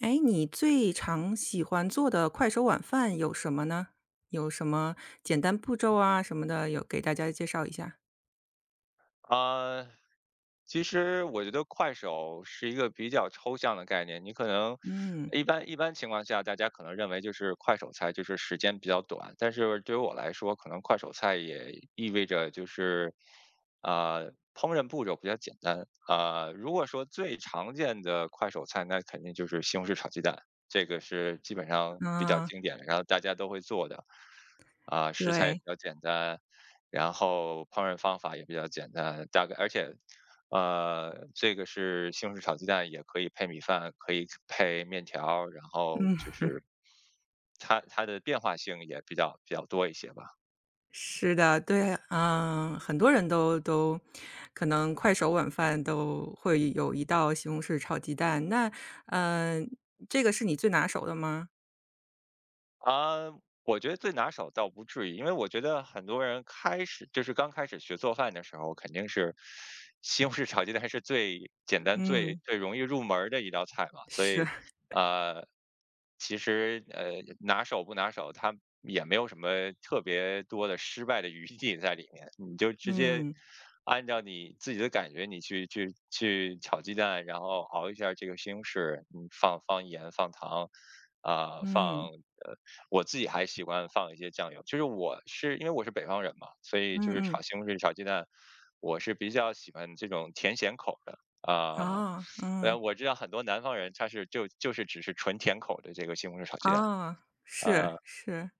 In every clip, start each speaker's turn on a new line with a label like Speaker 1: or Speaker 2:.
Speaker 1: 哎，你最常喜欢做的快手晚饭有什么呢？有什么简单步骤啊什么的，有给大家介绍一下？
Speaker 2: 啊，其实我觉得快手是一个比较抽象的概念，你可能
Speaker 1: 嗯。
Speaker 2: 一般情况下，大家可能认为就是快手菜就是时间比较短，但是对于我来说，可能快手菜也意味着就是烹饪步骤比较简单如果说最常见的快手菜，那肯定就是西红柿炒鸡蛋，这个是基本上比较
Speaker 1: 啊。
Speaker 2: 经典的，然后大家都会做的食材也比
Speaker 1: 对。
Speaker 2: 较简单。然后烹饪方法也比较简单，大概而且，这个是西红柿炒鸡蛋，也可以配米饭，可以配面条儿，然后就是它的变化性也比较多一些吧。
Speaker 1: 是的。对。啊，很多人都可能快手晚饭都会有一道西红柿炒鸡蛋。那，嗯，这个是你最拿手的吗？
Speaker 2: 啊，我觉得最拿手倒不至于，因为我觉得很多人开始就是刚开始学做饭的时候，肯定是西红柿炒鸡蛋是最简单、最
Speaker 1: 嗯。
Speaker 2: 最容易入门儿的一道菜嘛，所
Speaker 1: 是。
Speaker 2: 以呃，其实拿手不拿手，它也没有什么特别多的失败的余地在里面，你就直接。
Speaker 1: 嗯。
Speaker 2: 按照你自己的感觉，你去炒鸡蛋，然后熬一下这个西红柿，你放盐、放糖，啊、放
Speaker 1: 嗯。
Speaker 2: 呃。我自己还喜欢放一些酱油，就是我是因为我是北方人嘛，所以
Speaker 1: 嗯
Speaker 2: 就是炒
Speaker 1: 嗯。
Speaker 2: 西红柿、炒鸡蛋，我是比较喜欢这种甜咸口的
Speaker 1: 哦。嗯嗯
Speaker 2: 啊。
Speaker 1: 啊。嗯。
Speaker 2: 我知道很多南方人他是就是只是纯甜口的这个西红柿炒鸡蛋，
Speaker 1: 啊，是
Speaker 2: 呃，
Speaker 1: 是。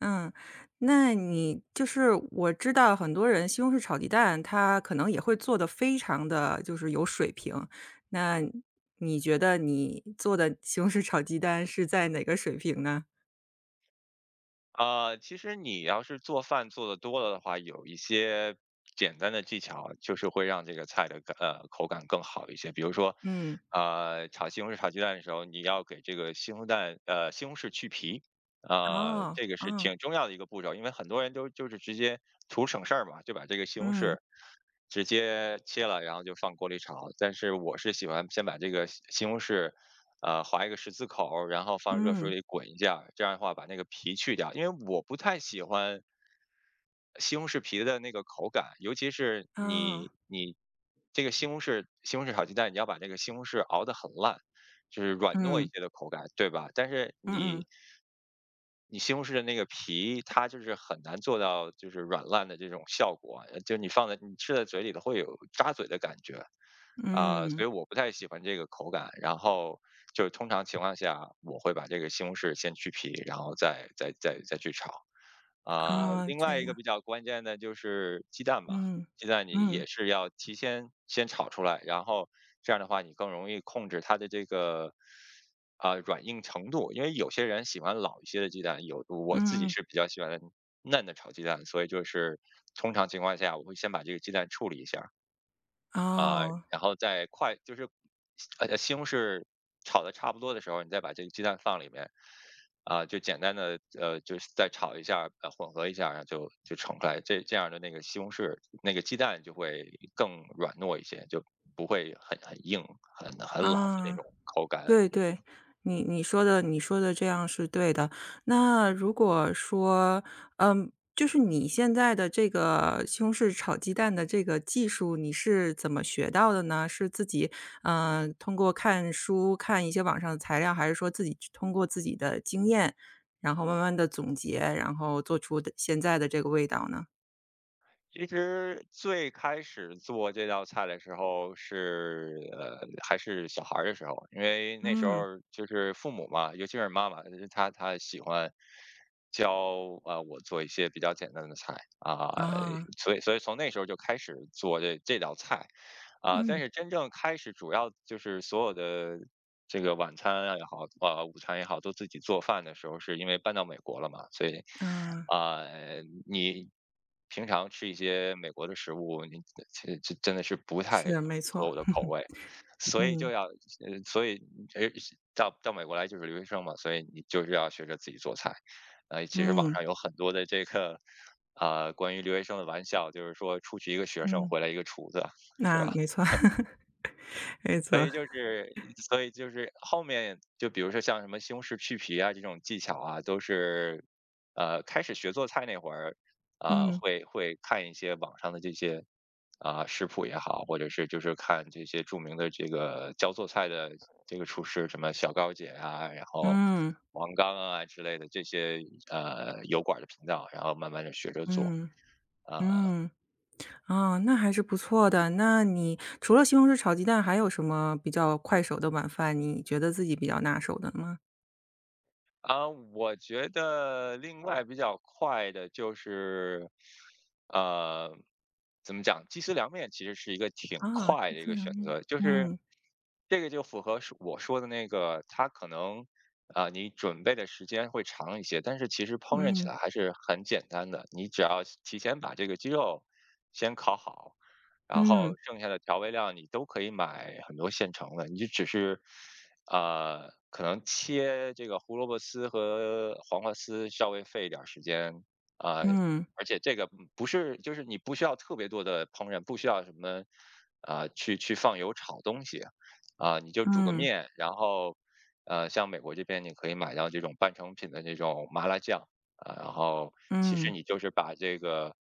Speaker 1: 嗯。那你就是我知道很多人西红柿炒鸡蛋，他可能也会做的非常的就是有水平。那你觉得你做的西红柿炒鸡蛋是在哪个水平呢？
Speaker 2: 其实你要是做饭做的多了的话，有一些简单的技巧，就是会让这个菜的口感更好一些。比如说，
Speaker 1: 嗯。
Speaker 2: 炒西红柿、炒鸡蛋的时候，你要给这个西红柿去皮，
Speaker 1: 哦，
Speaker 2: 这个是
Speaker 1: 哦。
Speaker 2: 挺重要的一个步骤，因为很多人都就是直接图省事儿嘛，就把这个西红柿
Speaker 1: 嗯。
Speaker 2: 直接切了，然后就放锅里炒。但是我是喜欢先把这个西红柿划一个十字口儿，然后放热水
Speaker 1: 嗯。
Speaker 2: 里滚一下儿这样的话把那个皮去掉。因为我不太喜欢西红柿皮的那个口感，尤其是
Speaker 1: 哦。
Speaker 2: 你这个西红柿炒鸡蛋，你要把这个西红柿熬得很烂，就是软糯一
Speaker 1: 嗯。
Speaker 2: 些的口感，对吧？但是
Speaker 1: 嗯
Speaker 2: 你
Speaker 1: 嗯。
Speaker 2: 你西红柿的那个皮，它就是很难做到就是软烂的这种效果啊，就是你放在你吃在嘴里头会有扎嘴的感觉。啊，所
Speaker 1: 嗯。
Speaker 2: 以我不太喜欢这个口感。然后就是通常情况下，我会把这个西红柿先去皮，然后再去炒。
Speaker 1: 哦，
Speaker 2: 另
Speaker 1: 这
Speaker 2: 外一个
Speaker 1: 样。
Speaker 2: 比较关键的就是鸡蛋吧，
Speaker 1: 嗯。
Speaker 2: 鸡蛋你
Speaker 1: 嗯。
Speaker 2: 也是要提前先炒出来，然后这样的话你更容易控制它的这个软硬程度，因为有些人喜欢老一些的鸡蛋，我自己
Speaker 1: 嗯嗯。
Speaker 2: 是比较喜欢嫩的炒鸡蛋，所以就是通常情况下我会先把这个鸡蛋处理一下，啊、
Speaker 1: 哦。
Speaker 2: 然后再快就是，西红柿炒的差不多的时候，你再把这个鸡蛋放里面，就简单的就是再炒一下，混合一下，然后就盛出来。这样的那个西红柿那个鸡蛋就会更软糯一些，就不会很硬、很老的那
Speaker 1: 啊。
Speaker 2: 种口感。
Speaker 1: 对对，你说的你说的这样是对的。那如果说，嗯，就是你现在的这个西红柿炒鸡蛋的这个技术，你是怎么学到的呢？是自己，通过看书、看一些网上的材料，还是说自己通过自己的经验，然后慢慢的总结，然后做出的现在的这个味道呢？
Speaker 2: 其实最开始做这道菜的时候是，还是小孩儿的时候，因为那时候
Speaker 1: 嗯。
Speaker 2: 儿就是父母嘛，尤其是妈妈，就是她喜欢教我做一些比较简单的菜
Speaker 1: 啊。
Speaker 2: 所以从那时候就开始做这道菜但
Speaker 1: 嗯。
Speaker 2: 是真正开始主要就是所有的这个晚餐啊也好，午餐也好，都自己做饭的时候，是因为搬到美国了嘛，所以，
Speaker 1: 啊，
Speaker 2: 啊，你平常吃一些美国的食物，你这真的是不太
Speaker 1: 是，没
Speaker 2: 合
Speaker 1: 错。
Speaker 2: 我的口味，所以就
Speaker 1: 嗯。
Speaker 2: 要，所以呃，到美国来就是留学生嘛，所以你就是要学着自己做菜。其实网
Speaker 1: 嗯。
Speaker 2: 上有很多的这个，关于留学生的玩笑，就是说出去一个学生，
Speaker 1: 嗯。
Speaker 2: 回来一个厨子，是
Speaker 1: 那
Speaker 2: 吧？
Speaker 1: 没错。没
Speaker 2: 所
Speaker 1: 错。
Speaker 2: 以就是所以就是后面就比如说像什么西红柿去皮啊这种技巧啊，都是开始学做菜那会儿，
Speaker 1: 嗯。
Speaker 2: 会看一些网上的这些食谱也好，或者是就是看这些著名的这个教做菜的这个厨师，什么小高姐啊，然后
Speaker 1: 嗯。
Speaker 2: 王刚啊之类的这些油管儿的频道，然后慢慢的学着做
Speaker 1: 嗯。
Speaker 2: 啊、
Speaker 1: 嗯。啊，那还是不错的。那你除了西红柿炒鸡蛋，还有什么比较快手的晚饭，你觉得自己比较拿手的吗？
Speaker 2: 我觉得另外比较快的就是，呃，怎么讲？鸡丝凉面其实是一个挺
Speaker 1: 啊，
Speaker 2: 快
Speaker 1: 鸡
Speaker 2: 的一
Speaker 1: 丝
Speaker 2: 个
Speaker 1: 凉
Speaker 2: 选
Speaker 1: 面。
Speaker 2: 择，就是
Speaker 1: 嗯。
Speaker 2: 这个就符合是我说的那个，它可能你准备的时间会长一些，但是其实烹饪起
Speaker 1: 嗯。
Speaker 2: 来还是很简单的，你只要提前把这个鸡肉先烤好，然后
Speaker 1: 嗯。
Speaker 2: 剩下的调味料你都可以买很多现成的，你就只是，可能切这个胡萝卜丝和黄瓜丝稍微费一点儿时间，呃，
Speaker 1: 嗯。
Speaker 2: 而且这个不是就是你不需要特别多的烹饪，不需要什么，去放油炒东西，你就煮个
Speaker 1: 嗯。
Speaker 2: 面，然后，像美国这边你可以买到这种半成品的这种麻辣酱，然后其实
Speaker 1: 嗯。
Speaker 2: 你就是把这个。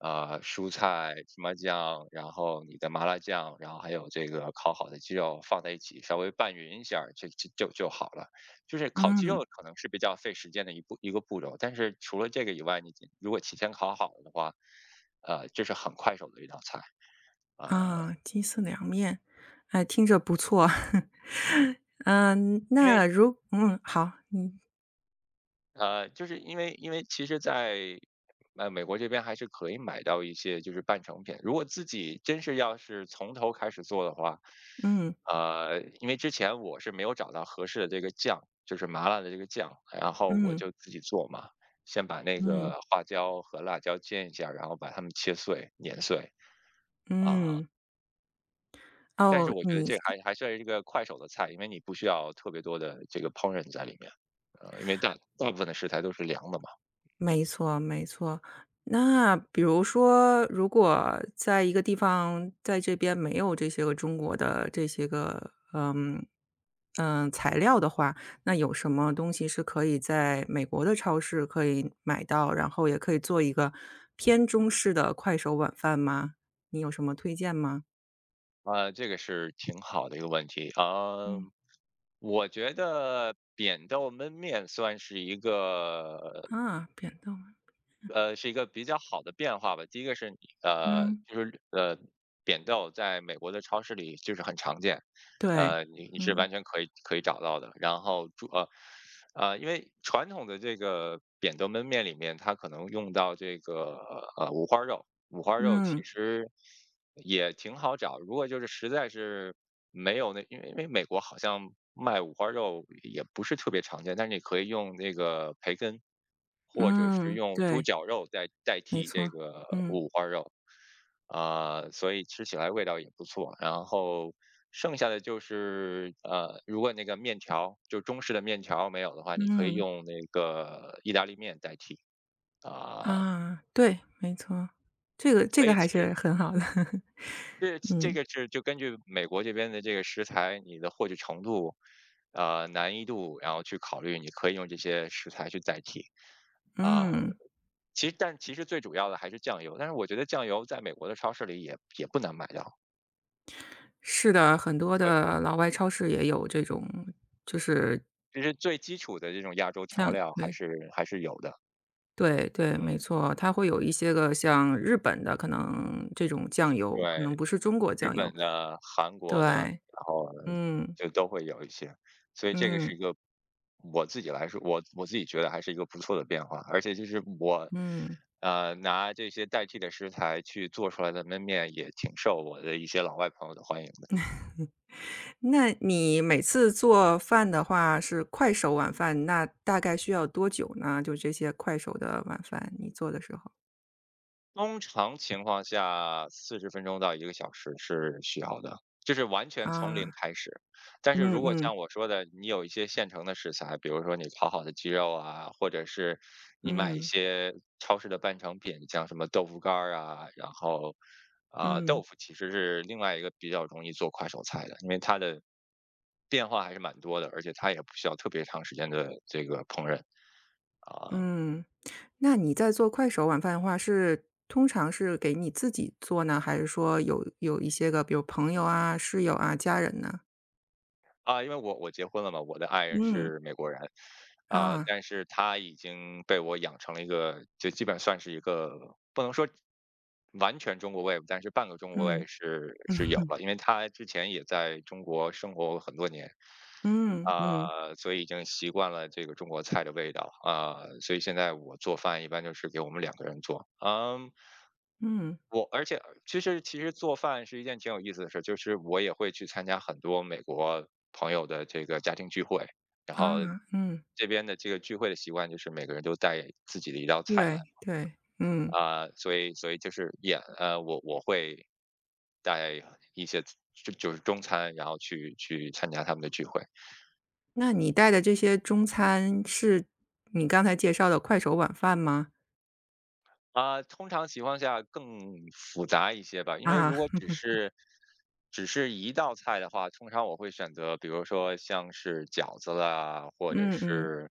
Speaker 2: 呃，蔬菜、芝麻酱，然后你的麻辣酱，然后还有这个烤好的鸡肉放在一起，稍微拌匀一下就好了。就是烤鸡
Speaker 1: 嗯。
Speaker 2: 肉可能是比较费时间的一步一个步骤，但是除了这个以外，你如果提前烤好了的话，这是很快手的一道菜。呃，
Speaker 1: 啊，鸡丝凉面，哎，听着不错。嗯，
Speaker 2: 因为
Speaker 1: 那，好，你
Speaker 2: 就是因为其实在，美国这边还是可以买到一些就是半成品。如果自己真是要是从头开始做的话，
Speaker 1: 嗯。
Speaker 2: 因为之前我是没有找到合适的这个酱，就是麻辣的这个酱，然后我
Speaker 1: 嗯。
Speaker 2: 就自己做嘛，先把那
Speaker 1: 嗯。
Speaker 2: 个花椒和辣椒煎一下，然后把它们切碎碾碎啊。
Speaker 1: 嗯。
Speaker 2: 但是
Speaker 1: 哦，
Speaker 2: 我觉得
Speaker 1: 你
Speaker 2: 这个还算是一个快手的菜，因为你不需要特别多的这个烹饪在里面，因为大部分的食材都是凉的嘛。
Speaker 1: 没错没错。那比如说，如果在一个地方，在这边没有这些个中国的这些个，嗯，嗯，材料的话，那有什么东西是可以在美国的超市可以买到，然后也可以做一个偏中式的快手晚饭吗？你有什么推荐吗？
Speaker 2: 这个是挺好的一个问题啊，
Speaker 1: 嗯。
Speaker 2: 我觉得扁豆焖面算是一个
Speaker 1: 啊，扁豆。
Speaker 2: 是一个比较好的变化吧。第一个是
Speaker 1: 嗯。
Speaker 2: 就是扁豆在美国的超市里就是很常见，
Speaker 1: 对。
Speaker 2: 你是
Speaker 1: 嗯。
Speaker 2: 完全可以找到的。然后因为传统的这个扁豆焖面里面，它可能用到这个五花肉，五花肉其
Speaker 1: 嗯。
Speaker 2: 实也挺好找，如果就是实在是没有那，因为美国好像卖五花肉也不是特别常见，但是你可以用那个培根，或者是
Speaker 1: 嗯。
Speaker 2: 用猪
Speaker 1: 对，
Speaker 2: 脚肉代代
Speaker 1: 没
Speaker 2: 替这
Speaker 1: 错。
Speaker 2: 个
Speaker 1: 嗯。
Speaker 2: 五花肉，所以吃起来味道也不错。然后剩下的就是如果那个面条就中式的面条没有的话，你可以
Speaker 1: 嗯。
Speaker 2: 用那个意大利面代替啊、
Speaker 1: 啊，对，没错，这个
Speaker 2: 所
Speaker 1: 这个
Speaker 2: 以
Speaker 1: 还
Speaker 2: 其实
Speaker 1: 是很好的。
Speaker 2: 这这
Speaker 1: 嗯。
Speaker 2: 个是就根据美国这边的这个食材，你的获取程度，难易度，然后去考虑你可以用这些食材去代替。啊、
Speaker 1: 嗯。
Speaker 2: 但其实最主要的还是酱油，但是我觉得酱油在美国的超市里也不难买到。
Speaker 1: 是的，很多
Speaker 2: 对，
Speaker 1: 的老外超市也有这种，就是
Speaker 2: 就是最基础的这种亚洲调
Speaker 1: 像
Speaker 2: 料还
Speaker 1: 对，
Speaker 2: 是还是有的。
Speaker 1: 对对，
Speaker 2: 嗯，
Speaker 1: 没错，它会有一些个像日本的，可能这种酱油，可
Speaker 2: 对，
Speaker 1: 能不是中国
Speaker 2: 日
Speaker 1: 酱油。
Speaker 2: 本的、韩国的，
Speaker 1: 对。
Speaker 2: 然后
Speaker 1: 嗯。
Speaker 2: 就都会有一些。所以这个是
Speaker 1: 嗯。
Speaker 2: 一个，我自己来说，我自己觉得还是一个不错的变化，而且就是我，
Speaker 1: 嗯。
Speaker 2: 拿这些代替的食材去做出来的焖面，也挺受我的一些老外朋友的欢迎的。
Speaker 1: 那你每次做饭的话是快手晚饭，那大概需要多久呢？就这些快手的晚饭，你做的时候。
Speaker 2: 通常情况下40分钟到1个小时是需要的，就是完全从零
Speaker 1: 啊。
Speaker 2: 开始。但是如
Speaker 1: 嗯
Speaker 2: 果像
Speaker 1: 嗯。
Speaker 2: 我说的，你有一些现成的食材，比如说你烤好的鸡肉啊，或者是你买一
Speaker 1: 嗯。
Speaker 2: 些超市的半成品，像什么豆腐干儿啊，然后，啊，豆
Speaker 1: 嗯。
Speaker 2: 腐其实是另外一个比较容易做快手菜的，因为它的变化还是蛮多的，而且它也不需要特别长时间的这个烹饪，啊。
Speaker 1: 嗯。那你在做快手晚饭的话，是通常是给你自己做呢，还是说有一些个，比如朋友啊、室友啊、家人呢？
Speaker 2: 啊，因为我结婚了嘛，我的爱人
Speaker 1: 嗯。
Speaker 2: 是美国人。啊，
Speaker 1: 啊。
Speaker 2: 但是他已经被我养成了一个，就基本算是一个不能说完全中国胃，但是半个中国胃
Speaker 1: 嗯。
Speaker 2: 是
Speaker 1: 嗯。
Speaker 2: 是有 了，因为他之前也在中国生活过很多年。
Speaker 1: 嗯嗯。
Speaker 2: 啊，所以已经习惯了这个中国菜的味道啊，所以现在我做饭一般就是给我们两个人做。嗯，而且其实做饭是一件挺有意思的事儿，就是我也会去参加很多美国朋友的这个家庭聚会，然
Speaker 1: 啊。
Speaker 2: 后
Speaker 1: 嗯啊嗯。
Speaker 2: 这边的这个聚会的习惯就是每个人都带自己的一道菜来。
Speaker 1: 对对。嗯。
Speaker 2: 所以就是也我会带一些就是中餐，然后去参加他们的聚会。
Speaker 1: 那你带的这些中餐是你刚才介绍的快手晚饭吗？
Speaker 2: 啊，通常情况下更复杂一些吧，因为
Speaker 1: 啊。
Speaker 2: 如果只 是只是一道菜的话，通常我会选择，比如说像是饺子啦，或者
Speaker 1: 嗯嗯。
Speaker 2: 是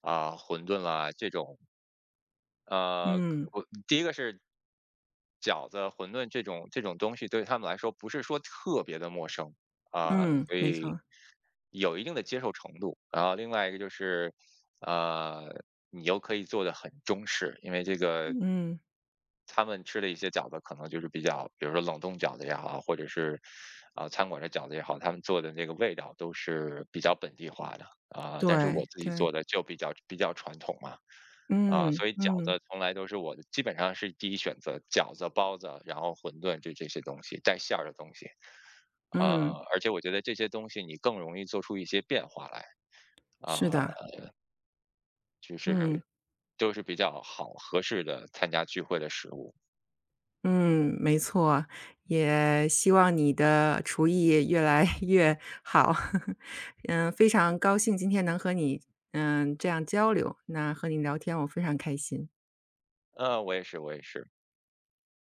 Speaker 2: 馄饨啦这种。呃，
Speaker 1: 嗯
Speaker 2: 我第一个是饺子、馄饨这种东西对他们来说不是说特别的陌生。
Speaker 1: 嗯。
Speaker 2: 所
Speaker 1: 没
Speaker 2: 以
Speaker 1: 错。
Speaker 2: 有一定的接受程度。然后另外一个就是，呃，你又可以做的很中式，因为这个
Speaker 1: 嗯。
Speaker 2: 他们吃的一些饺子可能就是比较，比如说冷冻饺子也好，或者是餐馆的饺子也好，他们做的那个味道都是比较本地化的，但是我
Speaker 1: 对
Speaker 2: 自己做
Speaker 1: 对。
Speaker 2: 的就比较传统嘛。
Speaker 1: 嗯
Speaker 2: 所以饺
Speaker 1: 嗯。
Speaker 2: 子从来都是我的基本上是第一选择，饺子、包子，然后馄饨这些东西带馅儿的东西。
Speaker 1: 嗯。
Speaker 2: 而且我觉得这些东西你更容易做出一些变化来，
Speaker 1: 是
Speaker 2: 啊、
Speaker 1: 的。
Speaker 2: 就
Speaker 1: 嗯。
Speaker 2: 是都是比较好合适的参加聚会的食物。
Speaker 1: 嗯。没错，也希望你的厨艺越来 越好。嗯，非常高兴今天能和你，嗯，这样交流，那和你聊天我非常开心。
Speaker 2: 嗯，我也是，我也是。